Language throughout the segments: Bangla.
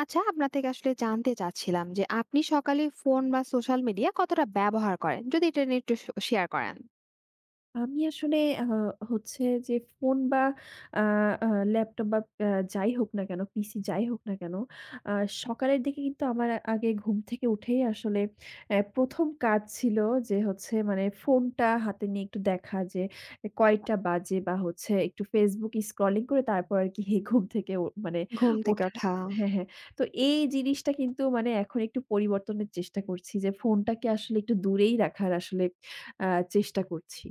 আচ্ছা, আপনার থেকে আসলে জানতে চাচ্ছিলাম যে আপনি সকালে ফোন বা সোশ্যাল মিডিয়া কতটা ব্যবহার করেন? যদি এটা নিয়ে একটু শেয়ার করেন। আমি আসলে আ হচ্ছে যে ফোন বা আ আ ল্যাপটপ বা আ যাই হোক না কেন, পিসি যাই হোক না কেন, আ সকালের দিকে কিন্তু আমার আগে ঘুম থেকে উঠেই আসলে ১ম কাজ ছিল যে হচ্ছে মানে ফোনটা হাতে নিয়ে একটু দেখা যে কয়টা বাজে বা হচ্ছে একটু Facebook স্ক্রলিং করে তারপর আরকি ঘুম থেকে ও মানে ঘুম থেকে ওঠা। ওঠা। হ্যাঁ, হ্যাঁ। তো এই জিনিসটা কিন্তু মানে এখন একটু পরিবর্তনের চেষ্টা করছি যে ফোনটাকে আসলে একটু দূরেই রাখার আসলে আ চেষ্টা করছি।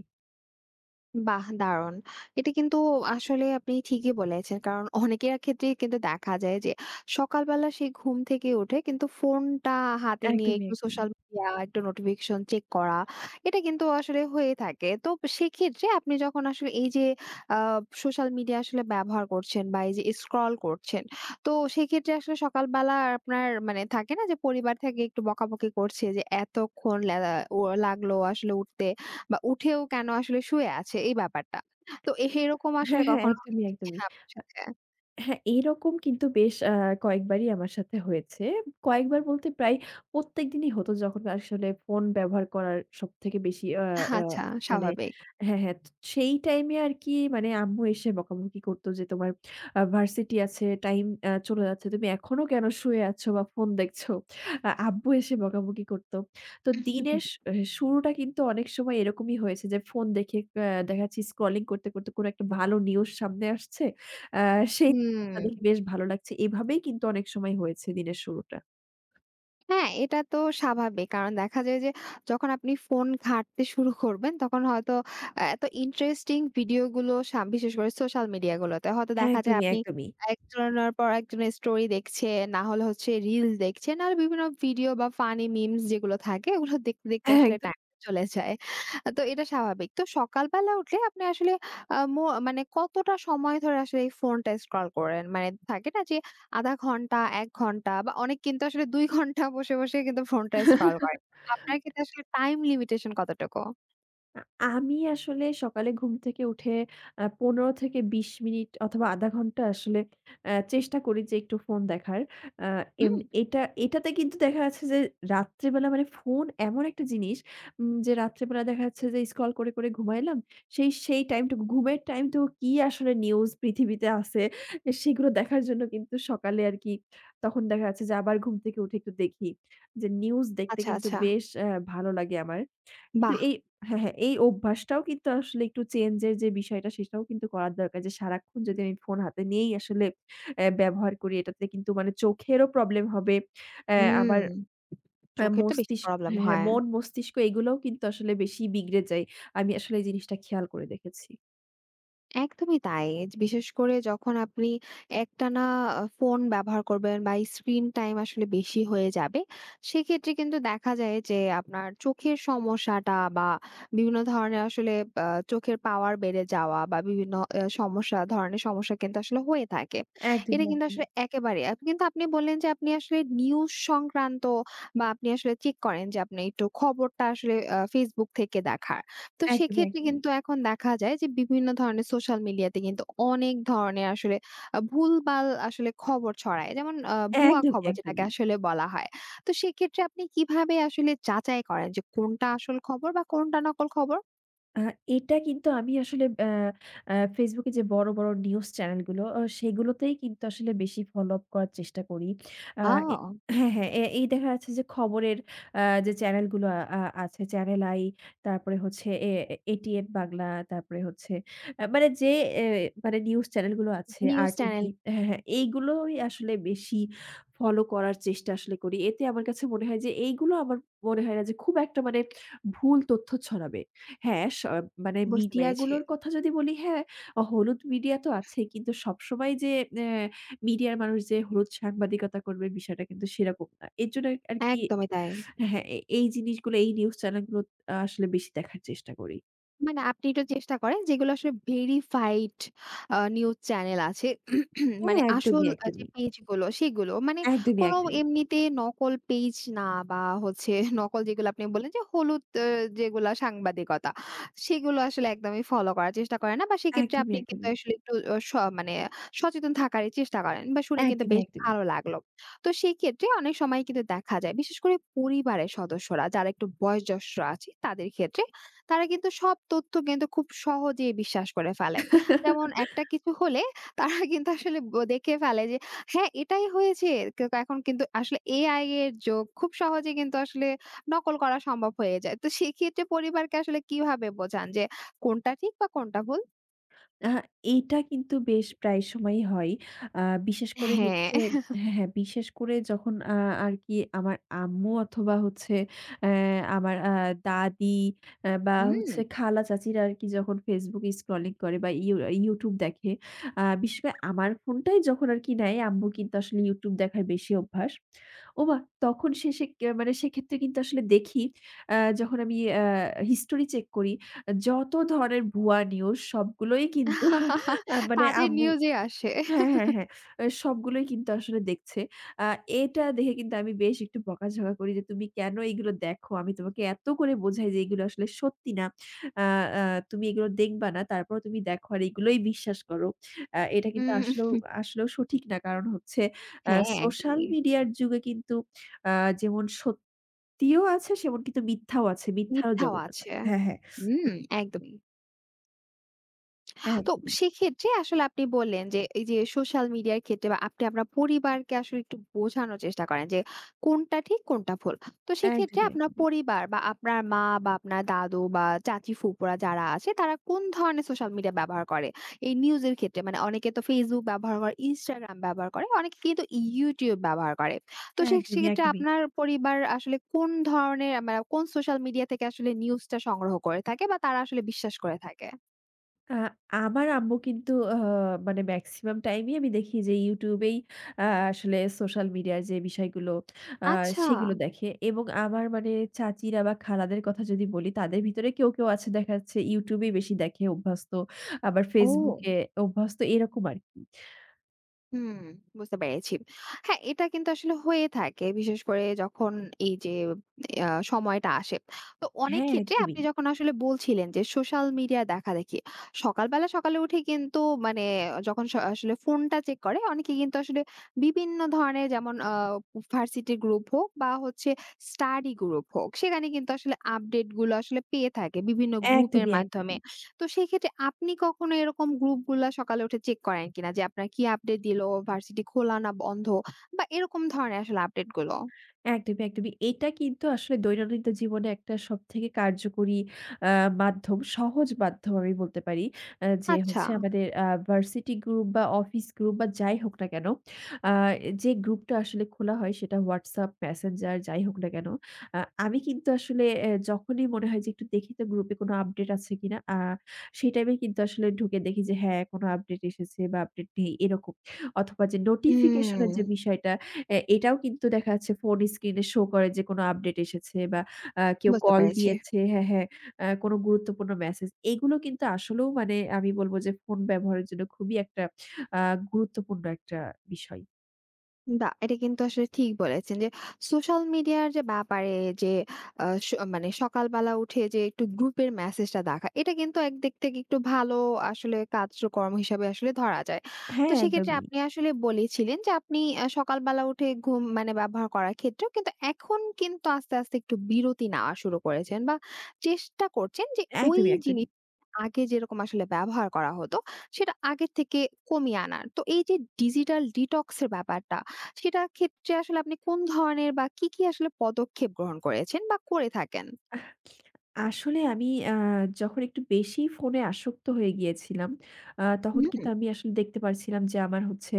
বাহ! দারুণ। এটা কিন্তু আসলে আপনি ঠিকই বলেছেন। কারণ অনেকের ক্ষেত্রেই কিন্তু দেখা যায় যে সকালবেলা সেই ঘুম থেকে উঠে কিন্তু ফোনটা হাতে নিয়ে একদমই, একটু একদমই। সোশ্যাল মিডিয়া, একটু নোটিফিকেশন চেক করা, এটা কিন্তু আসলে হয়ে থাকে। তো সেক্ষেত্রে আপনি যখন আসলে এই যে আ সোশ্যাল মিডিয়া আসলে ব্যবহার করছেন বা এই যে স্ক্রল করছেন, তো সেক্ষেত্রে আসলে সকালবেলা আপনার মানে থাকে না যে পরিবার থেকে একটু বকাবকি করছে যে এতক্ষণ লা ও লাগলো আসলে উঠতে। বা উঠেও কেন আসলে শুয়ে আছে এই ব্যাপারটা। তো এরকম আসলে হ্যাঁ, হ্যাঁ, কখনো একদমই, হয়েছে কি? একদমই। হ্যাঁ, আপনার সাথে? হ্যাঁ, এরকম কিন্তু বেশ কয়েকবারই আমার সাথে হয়েছে। কয়েকবার বলতে প্রায় প্রত্যেকদিনই হতো যখন আসলে ফোন ব্যবহার করার সবথেকে বেশি আ আ আচ্ছা, মানে স্বাভাবিক। হ্যাঁ, হ্যাঁ। তো সেই টাইমে আর কি মানে আম্মু এসে বকাবকি করতো যে, "তোমার ভার্সিটি আছে, টাইম চলে যাচ্ছে। তুমি এখনো কেন শুয়ে আছো বা ফোন দেখছো?" আব্বু এসে বকাবকি করতো। তো দিনের শুরুটা কিন্তু অনেক সময় এরকমই হয়েছে যে ফোন দেখে দেখা যাচ্ছে স্ক্রলিং করতে, করতে কোনো একটা ভালো নিউজ সামনে আসছে। আ সেই তা দেখে হুম। বেশ ভালো লাগছে। এভাবেই কিন্তু অনেক সময় হয়েছে দিনের শুরুটা। হ্যাঁ, এটা তো স্বাভাবিক। কারণ দেখা যায় যে যখন আপনি ফোন ঘাঁটতে শুরু করবেন তখন হয়তো এত ইন্টারেস্টিং ভিডিও গুলো বিশেষ করে সোশ্যাল মিডিয়া গুলোতে হয়তো দেখা যায় একদমই, আপনি একদমই। একজনের পর একজনের স্টোরি দেখছেন, না হলে হচ্ছে রিলস দেখছেন। আর বিভিন্ন ভিডিও বা ফানি মিমস যেগুলো থাকে ওগুলো দেখতে, দেখতে আসলে টাইম চলে যায়। তো এটা স্বাভাবিক। তো সকালবেলা উঠে আপনি আসলে আ মো মানে কতটা সময় ধরে আসলে এই ফোনটা স্ক্রল করেন? মানে থাকে না যে আধা ঘন্টা, ১ ঘন্টা বা অনেকে কিন্তু আসলে ২ ঘন্টা বসে, বসে কিন্তু ফোনটা স্ক্রল করে। একদম। আপনার ক্ষেত্রে আসলে টাইম লিমিটেশন কতটুকু? আ আমি আসলে সকালে ঘুম থেকে উঠে ১৫ থেকে ২০ মিনিট অথবা ০.৫ ঘন্টা আসলে চেষ্টা করি যে একটু ফোন দেখার। আ এম হুম। এটা এটাতে কিন্তু দেখা যাচ্ছে যে রাত্রেবেলা মানে ফোন এমন একটা জিনিস যে রাত্রেবেলা দেখা যাচ্ছে যে স্ক্রল করে, করে ঘুমাইলাম। সেই, সেই টাইমটুকু ঘুমের টাইমটুকু কি আসলে নিউজ পৃথিবীতে আছে সেগুলো দেখার জন্য কিন্তু সকালে আরকি তখন দেখা যাচ্ছে যে আবার ঘুম থেকে উঠে একটু দেখি। যে নিউজ দেখতে আচ্ছা, কিন্তু আচ্ছা। বেশ ভালো লাগে আমার। কিন্তু বাহ! এই হ্যাঁ, হ্যাঁ, এই অভ্যাসটাও কিন্তু আসলে একটু চেঞ্জ এর যে বিষয়টা সেটাও কিন্তু করার দরকার। যে সারাক্ষণ যদি আমি ফোন হাতে নিয়েই আসলে ব্যবহার করি এটাতে কিন্তু মানে চোখেরও প্রবলেম হবে। হুম, আবার চোখের তো বেশি মস্তিষ্ক প্রবলেম হ্যাঁ, হ্যাঁ, হয়। মন মস্তিষ্ক এগুলোও কিন্তু আসলে বেশি বিগড়ে যায়। আমি আসলে এই জিনিসটা খেয়াল করে দেখেছি। একদমই তাই। বিশেষ করে যখন আপনি একটানা ফোন ব্যবহার করবেন বা স্ক্রিন টাইম আসলে বেশি হয়ে যাবে, সেক্ষেত্রে কিন্তু দেখা যায় যে আপনার চোখের সমস্যাটা বা বিভিন্ন ধরনের আসলে চোখের পাওয়ার বেড়ে যাওয়া বা বিভিন্ন সমস্যা ধরনের সমস্যা কিন্তু আসলে হয়ে থাকে। এটা একদমই, কিন্তু আসলে একদমই, একেবারে কিন্তু আপনি বললেন যে আপনি আসলে নিউজ সংক্রান্ত বা আপনি আসলে চেক করেন যে আপনি একটু খবরটা আসলে Facebook থেকে দেখার। তো একদমই, সেক্ষেত্রে একদমই, কিন্তু এখন দেখা যায় যে বিভিন্ন ধরনের সোশ্যাল মিডিয়াতে কিন্তু অনেক ধরনের আসলে ভুলভাল আসলে খবর ছড়ায়। যেমন ভুয়া একদমই, খবর যেটাকে একদমই। আসলে বলা হয়। তো সেক্ষেত্রে আপনি কিভাবে আসলে যাচাই করেন যে কোনটা আসল খবর বা কোনটা নকল খবর? আ এটা কিন্তু আমি আসলে আ আ Facebook এ যে বড়, বড় নিউজ চ্যানেলগুলো সেগুলোতেই কিন্তু আসলে বেশি ফলো আপ করার চেষ্টা করি। আ আ এ হ্যাঁ, হ্যাঁ। এই দেখা যাচ্ছে যে খবরের যে চ্যানেলগুলো আ আ আছে চ্যানেল আই, তারপরে হচ্ছে এটিএন বাংলা, তারপরে হচ্ছে আ মানে যে এ মানে নিউজ চ্যানেলগুলো আছে নিউজ চ্যানেল আরটিভি। হ্যাঁ, হ্যাঁ। এইগুলোই আসলে বেশি ফলো করার চেষ্টা আসলে করি। এতে আমার কাছে মনে হয় যে এইগুলো আমার মনে হয় না যে খুব একটা মানে ভুল তথ্য ছড়াবে। হ্যাঁ, মানে বুঝতে পেরেছি। মিডিয়াগুলোর কথা যদি বলি, হ্যাঁ, হলুদ মিডিয়া তো আছেই। কিন্তু সবসময় যে অ্যা মিডিয়ার মানুষ যে হলুদ সাংবাদিকতা করবে বিষয়টা কিন্তু সেরকম না। এর জন্য আরকি একদমই তাই। হ্যাঁ, এই জিনিসগুলো এই নিউজ চ্যানেলগুলো আসলে বেশি দেখার চেষ্টা করি। মানে আপনি একটু চেষ্টা করেন যেগুলো আসলে ভেরিফাইড নিউজ চ্যানেল আছে। হ্যাঁ, মানে আসল একদমই, যে একদমই। পেজগুলো সেগুলো। মানে একদমই, কোনো একদমই। এমনিতে নকল পেজ না বা হচ্ছে নকল যেগুলো আপনি বললেন যে হলুদ যেগুলা সাংবাদিকতা সেগুলো আসলে একদমই ফলো করার চেষ্টা করেন না বা সেক্ষেত্রে একদমই, আপনি কিন্তু একদমই। আসলে একটু অ স মানে সচেতন থাকারই চেষ্টা করেন বা শুনে কিন্তু একদমই, বেশ একদমই। ভালো লাগলো। তো সেক্ষেত্রে অনেক সময় কিন্তু দেখা যায় বিশেষ করে পরিবারের সদস্যরা যারা একটু বয়োজ্যেষ্ঠ আছে তাদের ক্ষেত্রে তারা কিন্তু সব তথ্য কিন্তু খুব সহজেই বিশ্বাস করে ফেলে। যেমন একটা কিছু হলে তারা কিন্তু আসলে দেখে ফেলে যে হ্যাঁ, এটাই হয়েছে। কে এখন কিন্তু আসলে এআই এর যুগ। খুব সহজে কিন্তু আসলে নকল করা সম্ভব হয়ে যায়। তো সেক্ষেত্রে পরিবারকে আসলে কিভাবে বোঝান যে কোনটা ঠিক বা কোনটা ভুল? আহা, এইটা কিন্তু বেশ প্রায় সময়ই হয়। আ বিশেষ করে হ্যাঁ, হচ্ছে হ্যাঁ, হ্যাঁ, বিশেষ করে যখন আ আরকি আমার আম্মু অথবা হচ্ছে অ্যা আমার দাদি বা হুম। হচ্ছে খালা চাচিরা আরকি যখন Facebook স্ক্রলিং করে বা YouTube দেখে, বিশেষ করে আমার ফোনটাই যখন আরকি নেয়, আম্মুর কিন্তু আসলে YouTube দেখার বেশি অভ্যাস। ওমা! তখন শেষে কে মানে সেক্ষেত্রে কিন্তু আসলে দেখি, যখন আমি হিস্টোরি চেক করি যত ধরনের ভুয়া নিউজ সবগুলোই কিন্তু মানে তাদের আম্মু নিউজে আসে। হ্যাঁ, হ্যাঁ, হ্যাঁ। সবগুলোই কিন্তু আসলে দেখছে। আ এটা দেখে কিন্তু আমি বেশ একটু বকাঝকা করি যে, "তুমি কেন এগুলো দেখো? আমি তোমাকে এত করে বোঝাই যে এগুলো আসলে সত্যি না। আ আ তুমি এগুলো দেখবা না। তারপরেও তুমি দেখো আর এগুলোই বিশ্বাস করো।" এটা কিন্তু উম আসলেও আসলেও সঠিক না। কারণ হচ্ছে আ হ্যাঁ, সোশ্যাল একদমই। মিডিয়ার যুগে কিন্তু আ যেমন সত্যিও আছে সেমন কিন্তু মিথ্যাও আছে। মিথ্যারও মিথ্যাও জগৎ আছে। আছে। হ্যাঁ, হ্যাঁ। হুম, একদমই। হ্যাঁ, তো একদমই। সেক্ষেত্রে আসলে আপনি বললেন যে এই যে সোশ্যাল মিডিয়ার ক্ষেত্রে বা আপনি আপনার পরিবারকে আসলে একটু বোঝানোর চেষ্টা করেন যে কোনটা ঠিক কোনটা ভুল, তো সেক্ষেত্রে একদমই, আপনার একদমই, পরিবার বা আপনার মা বা আপনার দাদু বা চাচি ফুপুরা যারা আছে তারা কোন ধরনের সোশ্যাল মিডিয়া ব্যবহার করে এই নিউজের ক্ষেত্রে? মানে অনেকে তো ফেসবুক ব্যবহার করে, ইনস্টাগ্রাম ব্যবহার করে, অনেকে কিন্তু ইউটিউব ব্যবহার করে। তো একদমই, সেক্ষেত্রে একদমই। আপনার পরিবার আসলে কোন ধরনের মানে কোন সোশ্যাল মিডিয়া থেকে আসলে নিউজটা সংগ্রহ করে থাকে বা তারা আসলে বিশ্বাস করে থাকে? আ আমার আম্মু কিন্তু মানে মেক্সিমাম টাইমই আমি দেখি যে YouTube এই আ আসলে সোশ্যাল মিডিয়ার যে বিষয়গুলো আ আচ্ছা। সেগুলো দেখে এবং আমার মানে চাচিরা বা খালাদের কথা যদি বলি তাদের ভিতরে কেউ, কেউ আছে দেখা যাচ্ছে YouTube এই বেশি দেখে অভ্যস্ত। আবার Facebook ও! এ অভ্যস্ত এরকম আরকি। হুম, বুঝতে পেরেছি। হ্যাঁ, এটা কিন্তু আসলে হয়ে থাকে। বিশেষ করে যখন এই যে আ সময়টা আসে। তো অনেক হ্যাঁ, ক্ষেত্রে একদমই, আপনি যখন আসলে বলছিলেন যে সোশ্যাল মিডিয়া দেখাদেখি। সকালবেলা সকালে উঠে কিন্তু মানে যখন আসলে ফোনটা চেক করে অনেকে কিন্তু আসলে বিভিন্ন ধরনের যেমন ভার্সিটি গ্রুপ হোক বা হচ্ছে স্টাডি গ্রুপ হোক, সেখানে কিন্তু আসলে আপডেট গুলো আসলে পেয়ে থাকে বিভিন্ন গ্রুপের একদমই, মাধ্যমে। তো সেক্ষেত্রে আপনি কখনো এরকম গ্রুপগুলা সকালে উঠে চেক করেন কিনা? যে আপনার কি আপডেট দিলো, ভার্সিটি খোলা না বন্ধ বা এরকম ধরনের আসলে আপডেটগুলো? একদমই, একদমই। এটা কিন্তু আসলে দৈনন্দিন জীবনে একটা সবথেকে কার্যকরী আ মাধ্যম, সহজ মাধ্যম আমি বলতে পারি। যে আচ্ছা। হচ্ছে আমাদের ভার্সিটি গ্রুপ বা অফিস গ্রুপ বা যাই হোক না কেন, আ যে গ্রুপটা আসলে খোলা হয় সেটা WhatsApp, Messenger যাই হোক না কেন, আ আমি কিন্তু আসলে যখনই মনে হয় যে একটু দেখি তো গ্রুপে কোনো আপডেট আছে কিনা, সেই টাইমে কিন্তু আসলে ঢুকে দেখি যে হ্যাঁ, কোনো আপডেট এসেছে বা আপডেট নেই এরকম। অথবা যে নোটিফিকেশন এর যে হুম, বিষয়টা এটাও কিন্তু দেখা যাচ্ছে ফোন স্ক্রিনে শো করে যে কোনো আপডেট এসেছে বা কেউ বুঝতে কল পেরেছি। দিয়েছে হ্যাঁ, হ্যাঁ, কোনো গুরুত্বপূর্ণ মেসেজ। এগুলো কিন্তু আসলেও মানে আমি বলব যে ফোন ব্যবহারের জন্য খুবই একটা আ গুরুত্বপূর্ণ একটা বিষয়। বা এটা কিন্তু আসলে ঠিক বলেছেন যে সোশ্যাল মিডিয়ার যে ব্যাপারে যে আহ, মানে সকালবেলা উঠে যে একটু গ্রুপের মেসেজটা দেখা এটা কিন্তু এক দিক থেকে একটু ভালো আসলে কার্যক্রম হিসাবে আসলে ধরা যায়। তো হ্যাঁ, সেক্ষেত্রে একদমই, আপনি আসলে বলেছিলেন যে আপনি আহ, সকালবেলা উঠে ঘুম মানে ব্যবহার করার ক্ষেত্রেও কিন্তু এখন কিন্তু আস্তে আস্তে একটু বিরতি নেওয়া শুরু করেছেন বা চেষ্টা করছেন যে ওই একদমই, একদমই। জিনিস আগে যেরকম আসলে ব্যবহার করা হতো সেটা আগের থেকে কমিয়ে আনার, তো এই যে ডিজিটাল ডিটক্সের ব্যাপারটা সেটা ক্ষেত্রে আসলে আপনি কোন ধরনের বা কি আসলে পদক্ষেপ গ্রহণ করেছেন বা করে থাকেন? আসলে আমি যখন একটু বেশি ফোনে আসক্ত হয়ে গিয়েছিলাম, তখন হুম। কিন্তু আমি আসলে দেখতে পারছিলাম যে আমার হচ্ছে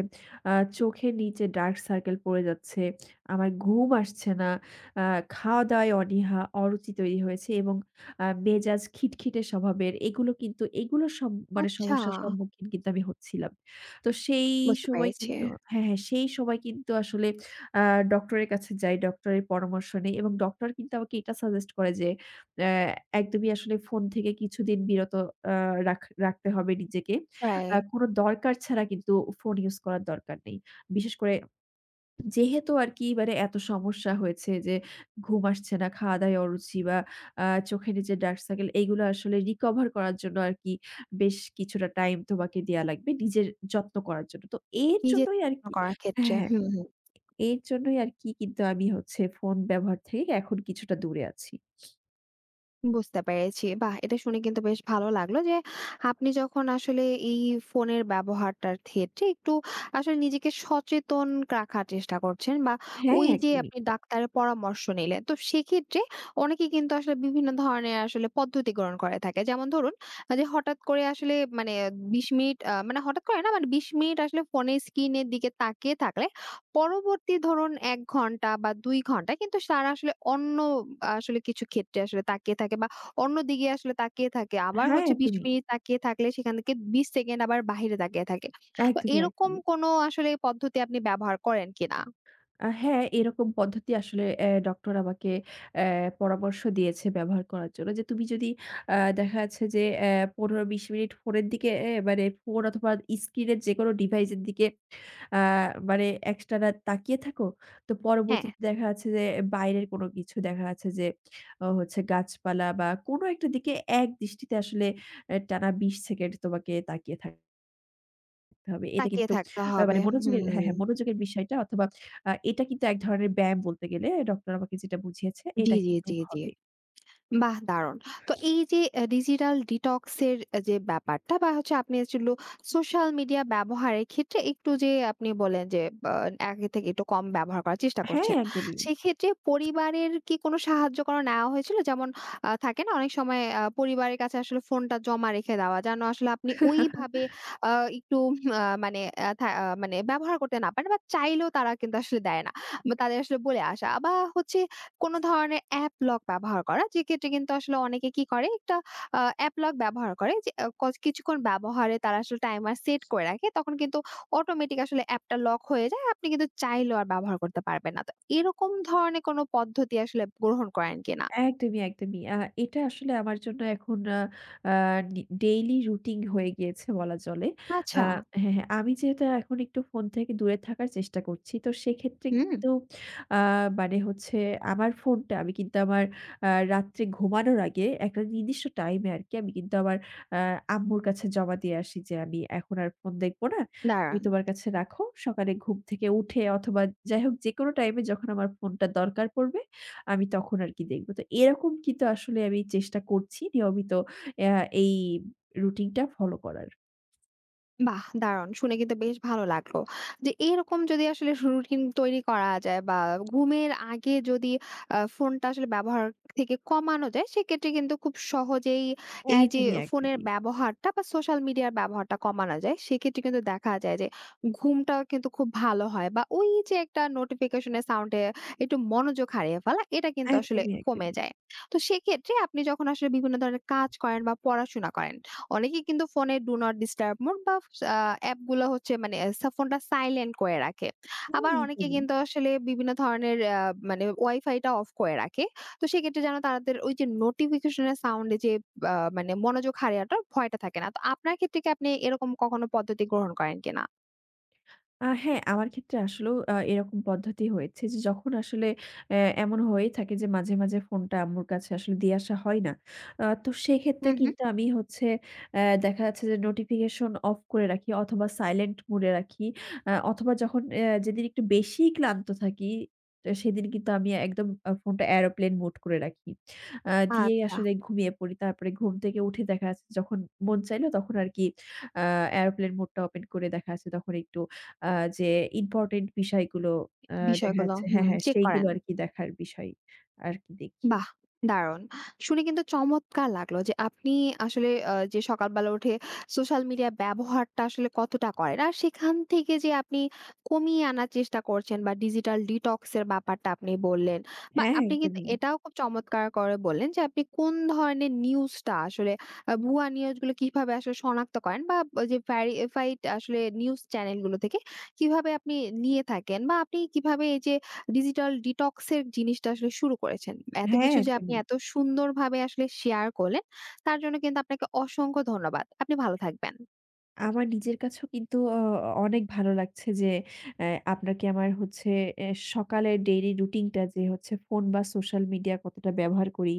আ চোখের নিচে ডার্ক সার্কেল পড়ে যাচ্ছে। আমার ঘুম আসছে না। আ খাওয়া-দাওয়ায় অনীহা, অরুচি তৈরি হয়েছে এবং মেজাজ খিটখিটে স্বভাবের। এগুলো কিন্তু এগুলো মানে আচ্ছা, সমস্যার সম্মুখীন কিন্তু আমি হচ্ছিলাম। তো সেই বুঝতে সময় পেরেছি। কিন্তু হ্যাঁ, হ্যাঁ, সেই সময় কিন্তু আসলে আ ডক্টরের কাছে যাই। ডক্টরের পরামর্শ নেই এবং ডক্টর কিন্তু আমাকে এটা সাজেস্ট করে যে অ্যা একদমই আসলে ফোন থেকে কিছুদিন বিরত আ রাখ রাখতে হবে নিজেকে। রাইট। কোনো দরকার ছাড়া কিন্তু ফোন ইউজ করার দরকার নেই। বিশেষ করে যেহেতু আরকি মানে এত সমস্যা হয়েছে যে ঘুম আসছে না, খাওয়া-দাওয়ায় অরুচি বা চোখের নিচে ডার্ক সার্কেল এইগুলো আসলে রিকভার করার জন্য আরকি বেশ কিছুটা টাইম তোমাকে দেয়া লাগবে নিজের যত্ন করার জন্য। তো এর নিজের জন্যই যত্ন আরকি করার ক্ষেত্রে। হ্যাঁ, হ্যাঁ। হুম, হুম। এর জন্যই আরকি কিন্তু আমি হচ্ছে ফোন ব্যবহার থেকে এখন কিছুটা দূরে আছি। বুঝতে পেরেছি। বাহ! এটা শুনে কিন্তু বেশ ভালো লাগলো যে, আপনি যখন আসলে এই ফোনের ব্যবহারটার ক্ষেত্রে একটু আসলে নিজেকে সচেতন রাখার চেষ্টা করছেন বা হ্যাঁ, ওই যে একদমই। আপনি ডাক্তারের পরামর্শ নিলেন। তো সেক্ষেত্রে অনেকে কিন্তু আসলে বিভিন্ন ধরনের আসলে পদ্ধতি গ্রহণ করে থাকে। যেমন ধরুন যে হঠাৎ করে আসলে মানে ২০ মিনিট আ মানে হঠাৎ করে না মানে ২০ মিনিট আসলে ফোনের স্ক্রিনের দিকে তাকিয়ে থাকলে পরবর্তী ধরুন ১ ঘন্টা বা ২ ঘন্টা কিন্তু তারা আসলে অন্য আসলে কিছু ক্ষেত্রে আসলে তাকিয়ে থাকে বা অন্যদিকে আসলে তাকিয়ে থাকে। আবার হ্যাঁ, হচ্ছে ২০ একদমই, মিনিট তাকিয়ে থাকলে সেখান থেকে ২০ সেকেন্ড আবার বাহিরে তাকিয়ে থাকে। তো একদমই, এরকম একদমই। কোনো আসলে পদ্ধতি আপনি ব্যবহার করেন কিনা? হ্যাঁ, এরকম পদ্ধতি আসলে ডক্টর আমাকে অ্যা পরামর্শ দিয়েছে ব্যবহার করার জন্য। যে তুমি যদি দেখা যাচ্ছে যে ১৫-২০ মিনিট ফোনের দিকে মানে ফোন অথবা স্ক্রিনের যেকোনো ডিভাইসের দিকে আ মানে একটানা তাকিয়ে থাকো। তো হ্যাঁ, পরবর্তীতে দেখা যাচ্ছে যে বাইরের কোনো কিছু দেখা যাচ্ছে যে হচ্ছে গাছপালা বা কোনো একটা দিকে একদৃষ্টিতে আসলে টানা ২০ সেকেন্ড তোমাকে তাকিয়ে থাক করতে হবে। এটা তাকিয়ে কিন্তু থাকতে হবে। মানে মনোযোগের হুম। হ্যাঁ, হ্যাঁ, মনোযোগের বিষয়টা অথবা এটা কিন্তু এক ধরনের ব্যায়াম বলতে গেলে ডক্টর আমাকে যেটা বুঝিয়েছে জি, এটা জি, কিন্তু জি, জি। হবে। বাহ! দারুণ। তো এই যে ডিজিটাল ডিটক্স এর যে ব্যাপারটা বা হচ্ছে আপনি আসলে সোশ্যাল মিডিয়া ব্যবহারের ক্ষেত্রে একটু যে আপনি বললেন যে বা আগে থেকে একটু কম ব্যবহার করার চেষ্টা হ্যাঁ, করছেন। একদমই। সেক্ষেত্রে পরিবারের কি কোনো সাহায্য কোনো নেওয়া হয়েছিল? যেমন থাকে না অনেক সময় পরিবারের কাছে আসলে ফোনটা জমা রেখে দেওয়া যেন আসলে আপনি ওইভাবে আ একটু মানে আ থা আ মানে ব্যবহার করতে না পারেন বা চাইলেও তারা কিন্তু আসলে দেয় না। বা তাদের আসলে বলে আসা বা হচ্ছে কোনো ধরনের অ্যাপ লক ব্যবহার করা। যেক্ষেত্রে কিন্তু আসলে অনেকে কি করে একটা অ্যাপ লক ব্যবহার করে যে আ কচ কিছুক্ষণ ব্যবহারে তারা আসলে টাইমার সেট করে রাখে। তখন কিন্তু অটোমেটিক আসলে অ্যাপটা লক হয়ে যায়। আপনি কিন্তু চাইলেও আর ব্যবহার করতে পারবেন না। তো এরকম ধরনের কোনো পদ্ধতি আসলে গ্রহণ করেন কিনা? একদমই, একদমই। এটা আসলে আমার জন্য এখন আ আ ডি ডেইলি রুটিন হয়ে গিয়েছে বলা চলে। আ আচ্ছা। হ্যাঁ, হ্যাঁ। আমি যেহেতু এখন একটু ফোন থেকে দূরে থাকার চেষ্টা করছি। তো সেক্ষেত্রে হুম, কিন্তু আ মানে হচ্ছে আমার ফোনটা আমি কিন্তু আমার রাত্রে ঘুমানোর আগে একটা নির্দিষ্ট টাইমে আরকি আমি কিন্তু আমার আ আম্মুর কাছে জমা দিয়ে আসি যে, "আমি এখন আর ফোন দেখব না। তুমি দারুণ। তোমার কাছে রাখো। সকালে ঘুম থেকে উঠে অথবা যাই হোক যেকোনো টাইমে যখন আমার ফোনটা দরকার পড়বে।" আমি তখন আরকি দেখব। তো এরকম কিন্তু আসলে আমি চেষ্টা করছি নিয়মিত অ্যা এই রুটিনটা ফলো করার। বাহ! দারুণ। শুনে কিন্তু বেশ ভালো লাগলো। যে এরকম যদি আসলে রুটিন তৈরি করা যায় বা ঘুমের আগে যদি ফোনটা আসলে ব্যবহার থেকে কমানো যায়, সেক্ষেত্রে কিন্তু খুব সহজেই এই যে একদমই, ফোনের একদমই। ব্যবহারটা বা সোশ্যাল মিডিয়ার ব্যবহারটা কমানো যায়। সেক্ষেত্রে কিন্তু দেখা যায় যে ঘুমটাও কিন্তু খুব ভালো হয় বা ওই যে একটা নোটিফিকেশনের সাউন্ডে একটু মনোযোগ হারিয়ে ফেলা, এটা কিন্তু আসলে একদমই, কমে একদমই। যায়। তো সেক্ষেত্রে আপনি যখন আসলে বিভিন্ন ধরনের কাজ করেন বা পড়াশোনা করেন অনেকেই কিন্তু ফোনে ডু নট ডিস্টার্ব মোড বা আ অ্যাপ গুলো হচ্ছে মানে ফোনটা সাইলেন্ট করে রাখে। হ্যাঁ, আবার অনেকে একদমই। কিন্তু আসলে বিভিন্ন ধরনের মানে ওয়াইফাইটা অফ করে রাখে। তো সেক্ষেত্রে যেন তাদের ওই যে নোটিফিকেশন এর সাউন্ড এ যে মানে মনোযোগ হারানোর ভয়টা থাকে না। তো আপনার ক্ষেত্রে কি আপনি এরকম কখনো পদ্ধতি গ্রহণ করেন কিনা? হ্যাঁ, আমার ক্ষেত্রে আসলেও এরকম পদ্ধতি হয়েছে যে যখন আসলে অ্যা এমন হয়েই থাকে যে মাঝে, মাঝে ফোনটা আম্মুর কাছে আসলে দিয়ে আসা হয় না। তো সেক্ষেত্রে হুম, হুম। কিন্তু আমি হচ্ছে দেখা যাচ্ছে যে নোটিফিকেশন অফ করে রাখি অথবা সাইলেন্ট মুডে রাখি। অথবা যখন যেদিন একটু বেশিই ক্লান্ত থাকি, তো সেদিন কিন্তু আমি একদম ফোনটা এরোপ্লেন মোড করে রাখি। দিয়েই আচ্ছা, আসলে ঘুমিয়ে পড়ি। তারপরে ঘুম থেকে উঠে দেখা যাচ্ছে যখন মন চাইলো তখন আরকি আ এরোপ্লেন মোডটা ওপেন করে দেখা যাচ্ছে তখন একটু আ যে ইম্পোর্টেন্ট বিষয়গুলো আ দেখা বিষয়গুলো যাচ্ছে হুম হ্যাঁ, হ্যাঁ, চেক সেইগুলো করেন। আরকি দেখার বিষয় আরকি দেখি। বাহ! দারুণ। শুনে কিন্তু চমৎকার লাগলো যে আপনি আসলে যে সকালবেলা উঠে সোশ্যাল মিডিয়া ব্যবহারটা আসলে কতটা করেন। আর সেখান থেকে যে আপনি কমিয়ে আনার চেষ্টা করছেন বা ডিজিটাল ডিটক্স এর ব্যাপারটা আপনি বললেন। বা হ্যাঁ, আপনি কিন্তু একদমই। এটাও খুব চমৎকার করে বললেন যে আপনি কোন ধরনের নিউজটা আসলে ভুয়া নিউজগুলো কিভাবে আসলে শনাক্ত করেন বা যে ভেরিফাইড আসলে নিউজ চ্যানেলগুলো থেকে কিভাবে আপনি নিয়ে থাকেন বা আপনি কিভাবে এই যে ডিজিটাল ডিটক্স এর জিনিসটা আসলে শুরু করেছেন। এত হ্যাঁ, কিছু যে আপনি একদমই। এত সুন্দরভাবে আসলে শেয়ার করলেন, তার জন্য কিন্তু আপনাকে অসংখ্য ধন্যবাদ। আপনি ভালো থাকবেন। আমার নিজের কাছেও কিন্তু অনেক ভালো লাগছে যে অ্যা আপনাকে আমার হচ্ছে এ সকালের ডেইলি রুটিনটা যে হচ্ছে ফোন বা সোশ্যাল মিডিয়া কতটা ব্যবহার করি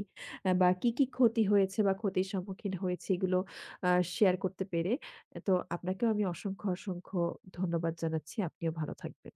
বা কি, কি ক্ষতি হয়েছে বা ক্ষতির সম্মুখীন হয়েছি এগুলো আ শেয়ার করতে পেরে। তো আপনাকেও আমি অসংখ্য, অসংখ্য ধন্যবাদ জানাচ্ছি। আপনিও ভালো থাকবেন।